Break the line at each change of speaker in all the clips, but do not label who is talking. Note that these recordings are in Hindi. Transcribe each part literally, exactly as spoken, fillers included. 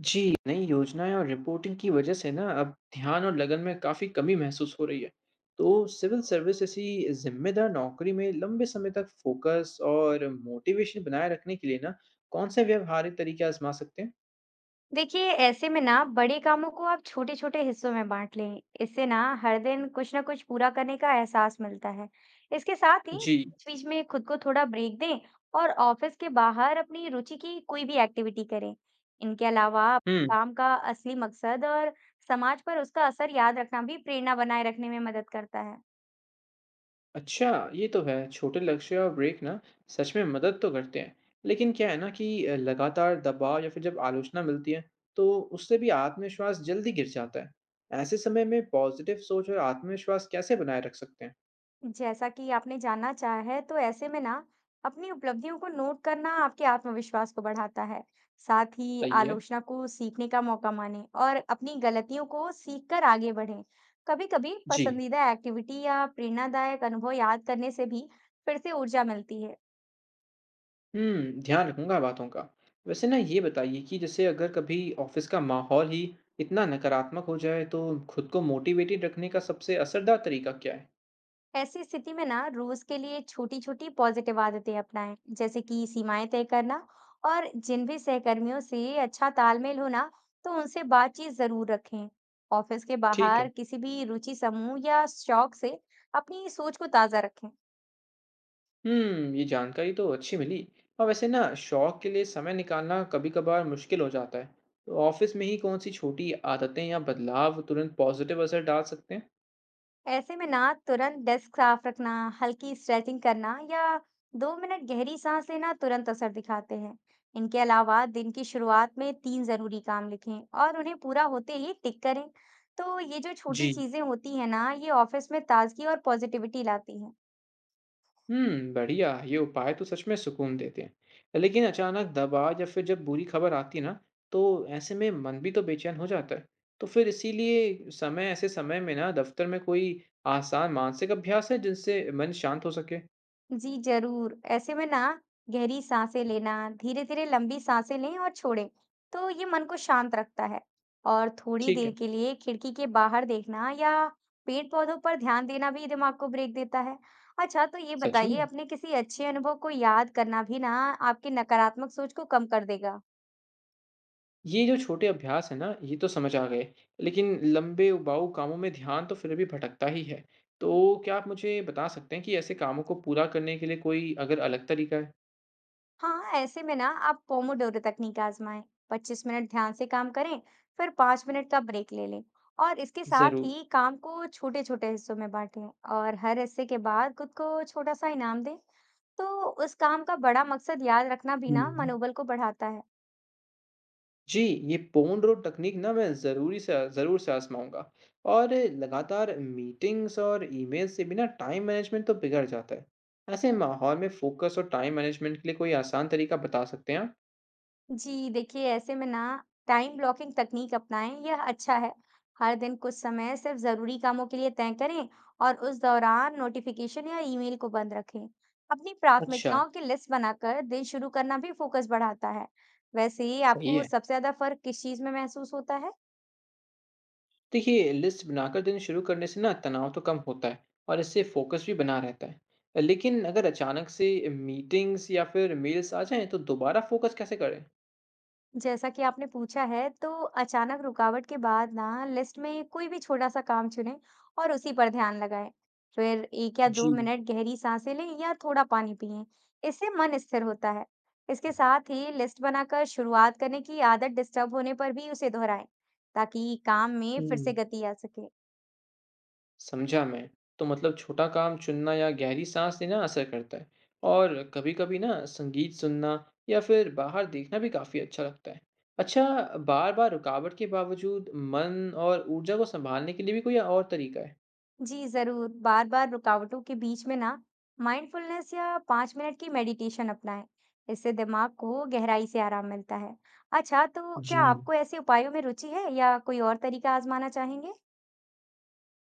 जी, नई योजनाएँ और रिपोर्टिंग की वजह से ना अब ध्यान और लगन में काफ़ी कमी महसूस हो रही है। तो सिविल सर्विस ऐसी ज़िम्मेदार नौकरी में लंबे समय तक फ़ोकस और मोटिवेशन बनाए रखने के लिए ना कौन से व्यावहारिक तरीके आज़मा सकते हैं?
देखिए, ऐसे में ना बड़े कामों को आप छोटे छोटे हिस्सों में बांट लें। इससे ना हर दिन कुछ ना कुछ पूरा करने का एहसास मिलता है। इसके साथ ही
जी।
बीच बीच में खुद को थोड़ा ब्रेक दें और ऑफिस के बाहर अपनी रुचि की कोई भी एक्टिविटी करें। इनके अलावा अपने
हुँ।
काम का असली मकसद और समाज पर उसका असर याद रखना भी प्रेरणा बनाए रखने में मदद करता है।
अच्छा, ये तो है। छोटे लक्ष्य और ब्रेक ना सच में मदद तो करते हैं। लेकिन क्या है ना कि अ, लगातार दबाव या फिर जब आलोचना मिलती है, तो उससे भी आत्मविश्वास जल्दी गिर जाता है। ऐसे समय में पॉज़िटिव सोच और आत्मविश्वास कैसे बनाए रख सकते हैं?
जैसा कि आपने जानना चाहा है, तो ऐसे में ना अपनी उपलब्धियों को नोट करना आपके आत्मविश्वास को बढ़ाता है। साथ ही
सही है।
आलोचना को सीखने का मौका माने और अपनी गलतियों को सीखकर आगे बढ़ें। कभी-कभी
जी।
पसंदीदा एक्टिविटी या प्रेरणादायक अनुभव याद करने से भी फिर से ऊर्जा मिलती है।
हुँ, ध्यान रखूँगा बातों का। वैसे ना ये बताइए कि जैसे अगर कभी ऑफ़िस का माहौल ही इतना नकारात्मक हो जाए तो खुद को मोटिवेटेड रखने का सबसे असरदार तरीका क्या है?
ऐसी स्थिति में ना रोज के लिए छोटी छोटी पॉजिटिव आदतें अपनाएं, जैसे कि सीमाएं तय करना, और जिन भी सहकर्मियों से अच्छा तालमेल हो ना तो उनसे बातचीत जरूर रखें। ऑफिस के
ठीक है।
बाहर किसी भी रुचि समूह या शौक से अपनी सोच को ताजा रखें।
हुँ, ये जानकारी तो अच्छी मिली। और वैसे ना शौक के लिए समय निकालना कभी-कभार मुश्किल हो जाता है। तो ऑफ़िस में ही कौन-सी छोटी आदतें या बदलाव तुरंत पॉज़िटिव असर डाल सकते हैं?
ऐसे में ना तुरंत डेस्क साफ रखना, हल्की स्ट्रेचिंग करना या दो मिनट गहरी सांस लेना तुरंत असर दिखाते हैं। इनके अलावा दिन की शुरुआत में तीन जरूरी काम लिखें और उन्हें पूरा होते ही टिक करें। तो ये जो छोटी
जी।
चीजें होती हैं ना, ये ऑफिस में ताजगी और पॉजिटिविटी लाती हैं।
हुँ, बढ़िया। ये उपाय तो सच में सुकून देते हैं। लेकिन अचानक दबाव या फिर जब बुरी खबर आती है ना, तो ऐसे में मन भी तो बेचैन हो जाता है। तो फिर इसीलिए समय ऐसे समय में ना दफ़्तर में कोई आसान मानसिक अभ्यास है जिनसे मन शांत हो सके?
जी जरूर, ऐसे में ना गहरी सांसें लेना, धीरे धीरे लंबी सांसें लें और छोड़ें, तो ये मन को शांत रखता है। और थोड़ी
ठीक
देर
है।
के लिए खिड़की के बाहर देखना या पेड़ पौधों पर ध्यान देना भी दिमाग को ब्रेक देता है। अच्छा, तो ये
सच में?
बताइए, अपने किसी अच्छे अनुभव को याद करना भी ना आपकी नकारात्मक सोच को कम कर देगा।
ये जो छोटे अभ्यास हैं ना, ये तो समझ आ गए। लेकिन लंबे उबाऊ कामों में ध्यान तो फिर भी भटकता ही है। तो क्या आप मुझे बता सकते हैं कि ऐसे कामों को पूरा करने के लिए कोई अगर अलग तरीका है?
हाँ, ऐसे में ना आप पोमोडोरो तकनीक आजमाएं। पच्चीस मिनट ध्यान से काम करें, फिर पाँच मिनट का ब्रेक ले लें। और इसके साथ
ज़रूर।
ही काम को छोटे छोटे हिस्सों में बांटें और हर हिस्से के बाद खुद को छोटा सा इनाम दें। तो उस काम का बड़ा मकसद याद रखना भी ना
हुँ।
मनोबल को बढ़ाता है।
जी, ये पोमोडोरो तकनीक ना मैं ज़रूरी से ज़रूर से आज़माऊँगा। और लगातार मीटिंग्स और ईमेल से भी ना टाइम मैनेजमेंट तो बिगड़ जाता है। ऐसे माहौल में फोकस और टाइम मैनेजमेंट के लिए कोई आसान तरीका बता सकते हैं आप?
जी देखिए, ऐसे में ना टाइम ब्लॉकिंग तकनीक अपनाएं, यह अच्छा है। हर दिन कुछ समय सिर्फ जरूरी कामों के लिए तय करें और उस दौरान नोटिफिकेशन या ईमेल को बंद रखें। अपनी
अच्छा,
प्राथमिकताओं की लिस्ट बनाकर दिन शुरू करना भी फोकस बढ़ाता है। वैसे ही,
सही
आपको
है।
सबसे ज्यादा फर्क किस चीज में महसूस होता है?
देखिए, लिस्ट बनाकर दिन शुरू करने से ना तनाव तो कम होता है और इससे फोकस भी बना रहता है। लेकिन अगर अचानक से मीटिंग्स या फिर मेल्स आ जाएँ तो दोबारा फोकस कैसे करें?
जैसा कि आपने पूछा है, तो अचानक रुकावट के बाद ना लिस्ट में कोई भी छोटा सा काम चुनें और उसी पर ध्यान लगाएं। फिर एक या दो
जी।
मिनट गहरी सांसें लें या थोड़ा पानी पिएं। इससे मन स्थिर होता है। इसके साथ ही लिस्ट बनाकर शुरुआत करने की आदत डिस्टर्ब होने पर भी उसे दोहराएं, ताकि काम में फिर से
हुँ।
गति आ सके।
समझा मैं। तो मतलब छोटा काम चुनना या गहरी साँस लेना असर करता है। और कभी-कभी ना संगीत सुनना या फिर बाहर देखना भी काफ़ी अच्छा लगता है। अच्छा, बार-बार रुकावट के बावजूद मन और ऊर्जा को संभालने के लिए भी कोई और तरीका है?
जी जरूर, बार बार रुकावटों के बीच में ना माइंडफुलनेस या पाँच मिनट की मेडिटेशन अपनाएं। इससे दिमाग को गहराई से आराम मिलता है। अच्छा, तो
जी।
क्या आपको ऐसे उपायों में रुचि है या कोई और तरीका आजमाना चाहेंगे?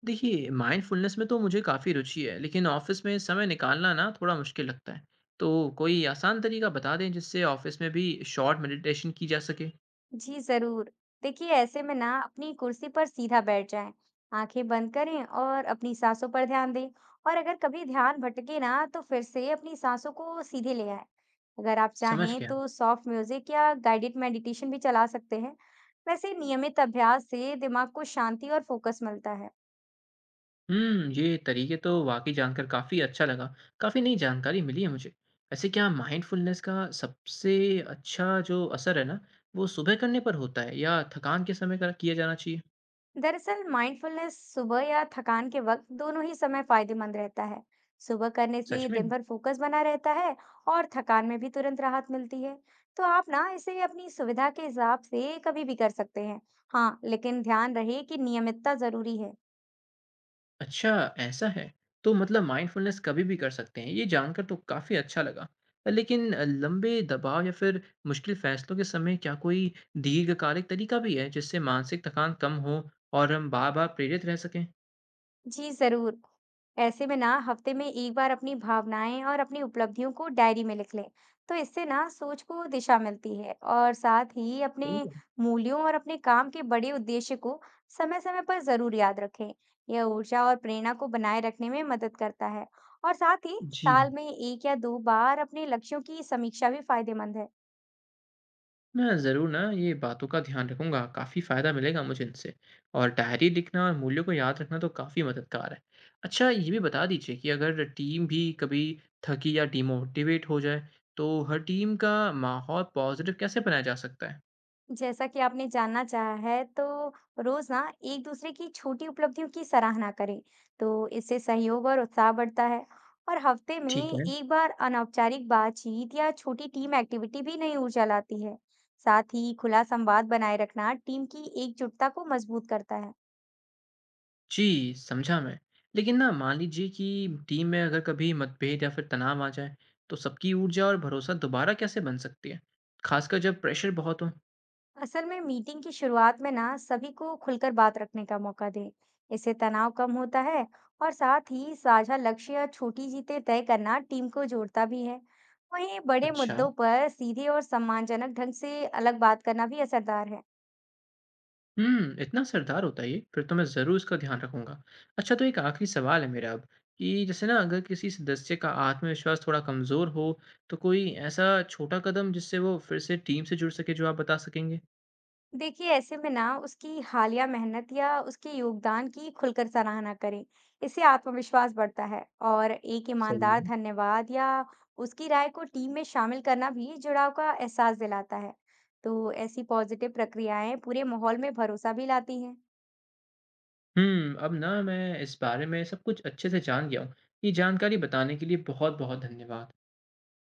देखिए माइंडफुलनेस में तो मुझे काफ़ी रुचि है, लेकिन ऑफिस में समय निकालना ना थोड़ा मुश्किल लगता है। तो कोई आसान तरीका बता दें जिससे ऑफिस में भी शॉर्ट मेडिटेशन की जा सके।
जी जरूर। देखिए, ऐसे में ना अपनी कुर्सी पर सीधा बैठ जाएं, आंखें बंद करें और अपनी सांसों पर ध्यान दें। और अगर कभी ध्यान भटके ना तो फिर से अपनी सांसों को सीधे ले आए। अगर आप
समझ
चाहें
गया।
तो सॉफ्ट म्यूजिक या गाइडेड मेडिटेशन भी चला सकते हैं। वैसे, नियमित अभ्यास से दिमाग को शांति और फोकस मिलता है।
हुँ, ये तरीके तो वाक़ई जानकर काफ़ी अच्छा लगा। काफ़ी नई जानकारी मिली है मुझे। वैसे क्या माइंडफुलनेस का सबसे अच्छा जो असर है ना, वो सुबह करने पर होता है या थकान के समय कर किया जाना चाहिए?
दरअसल, माइंडफुलनेस सुबह या थकान के वक्त दोनों ही समय फायदेमंद रहता है। सुबह करने
सच
से
में?
दिन भर फोकस बना रहता है और थकान में भी तुरंत राहत मिलती है। तो आप ना इसे अपनी सुविधा के हिसाब से कभी भी कर सकते हैं। हाँ, लेकिन ध्यान रहे कि नियमितता जरूरी है।
अच्छा, ऐसा है। तो मतलब माइंडफुलनेस कभी भी कर सकते हैं, ये जानकर तो काफ़ी अच्छा लगा। लेकिन अ, लंबे दबाव या फिर मुश्किल फ़ैसलों के समय क्या कोई दीर्घकालिक तरीका भी है, जिससे मानसिक थकान कम हो और हम बार-बार प्रेरित रह सकें?
जी जरूर। ऐसे में ना हफ्ते में एक बार अपनी भावनाएं और अपनी उपलब्धियों को डायरी में लिख लें। तो इससे ना सोच को दिशा मिलती है, और साथ ही अपने
सही है।
मूल्यों और अपने काम के बड़े उद्देश्य को समय समय पर जरूर याद रखें। यह ऊर्जा और प्रेरणा को बनाए रखने में मदद करता है। और साथ ही
जी।
साल में एक या दो बार अपने लक्ष्यों की समीक्षा भी फायदेमंद है।
मैं ज़रूर ना ये बातों का ध्यान रखूंगा, काफ़ी फ़ायदा मिलेगा मुझे इनसे। और डायरी लिखना और मूल्यों को याद रखना तो काफ़ी मददगार है। अच्छा, ये भी बता दीजिए कि अगर टीम भी कभी थकी या डिमोटिवेट हो जाए तो हर टीम का माहौल पॉजिटिव कैसे बनाया जा सकता है?
जैसा कि आपने जानना चाहा है, तो रोज ना एक-दूसरे की छोटी उपलब्धियों की सराहना करें, तो इससे सहयोग और उत्साह बढ़ता है। और हफ्ते में
ठीक है।
एक बार अनौपचारिक बातचीत या छोटी टीम एक्टिविटी भी नई ऊर्जा लाती है। साथ ही खुला संवाद बनाए रखना टीम की एकजुटता को मजबूत करता है।
जी, समझा मैं। लेकिन ना मान लीजिए कि टीम में अगर कभी मतभेद या फिर तनाव आ जाए तो सबकी ऊर्जा और भरोसा दोबारा कैसे बन सकती है, खासकर जब प्रेशर बहुत हो?
असल में मीटिंग की शुरुआत में ना सभी को खुलकर बात रखने का मौका दें। इससे तनाव कम होता है। और साथ ही साझा लक्ष्य या छोटी जीतें तय करना टीम को जोड़ता भी है। वहीं बड़े
अच्छा।
मुद्दों पर सीधे और सम्मानजनक ढंग से अलग बात करना भी असरदार है।
हुँ, इतना असरदार होता है ये, फिर तो मैं ज़रूर इसका ध्यान रखूँगा। अच्छा, तो एक आखिरी सवाल है मेरा अब कि जैसे ना अगर किसी सदस्य का आत्मविश्वास थोड़ा कमज़ोर हो, तो कोई ऐसा छोटा कदम जिससे वो फिर से टीम से जुड़ सके जो आप बता सकेंगे?
देखिए, ऐसे में ना उसकी हालिया मेहनत या उसके योगदान की खुलकर सराहना करें। इससे आत्मविश्वास बढ़ता है। और एक
सही
ईमानदार
है।
धन्यवाद या उसकी राय को टीम में शामिल करना भी जुड़ाव का एहसास दिलाता है। तो ऐसी पॉजिटिव प्रक्रियाएं पूरे माहौल में भरोसा भी लाती हैं।
हुँ, अब ना मैं इस बारे में सब कुछ अच्छे से जान गया हूँ। ये जानकारी बताने के लिए बहुत-बहुत धन्यवाद।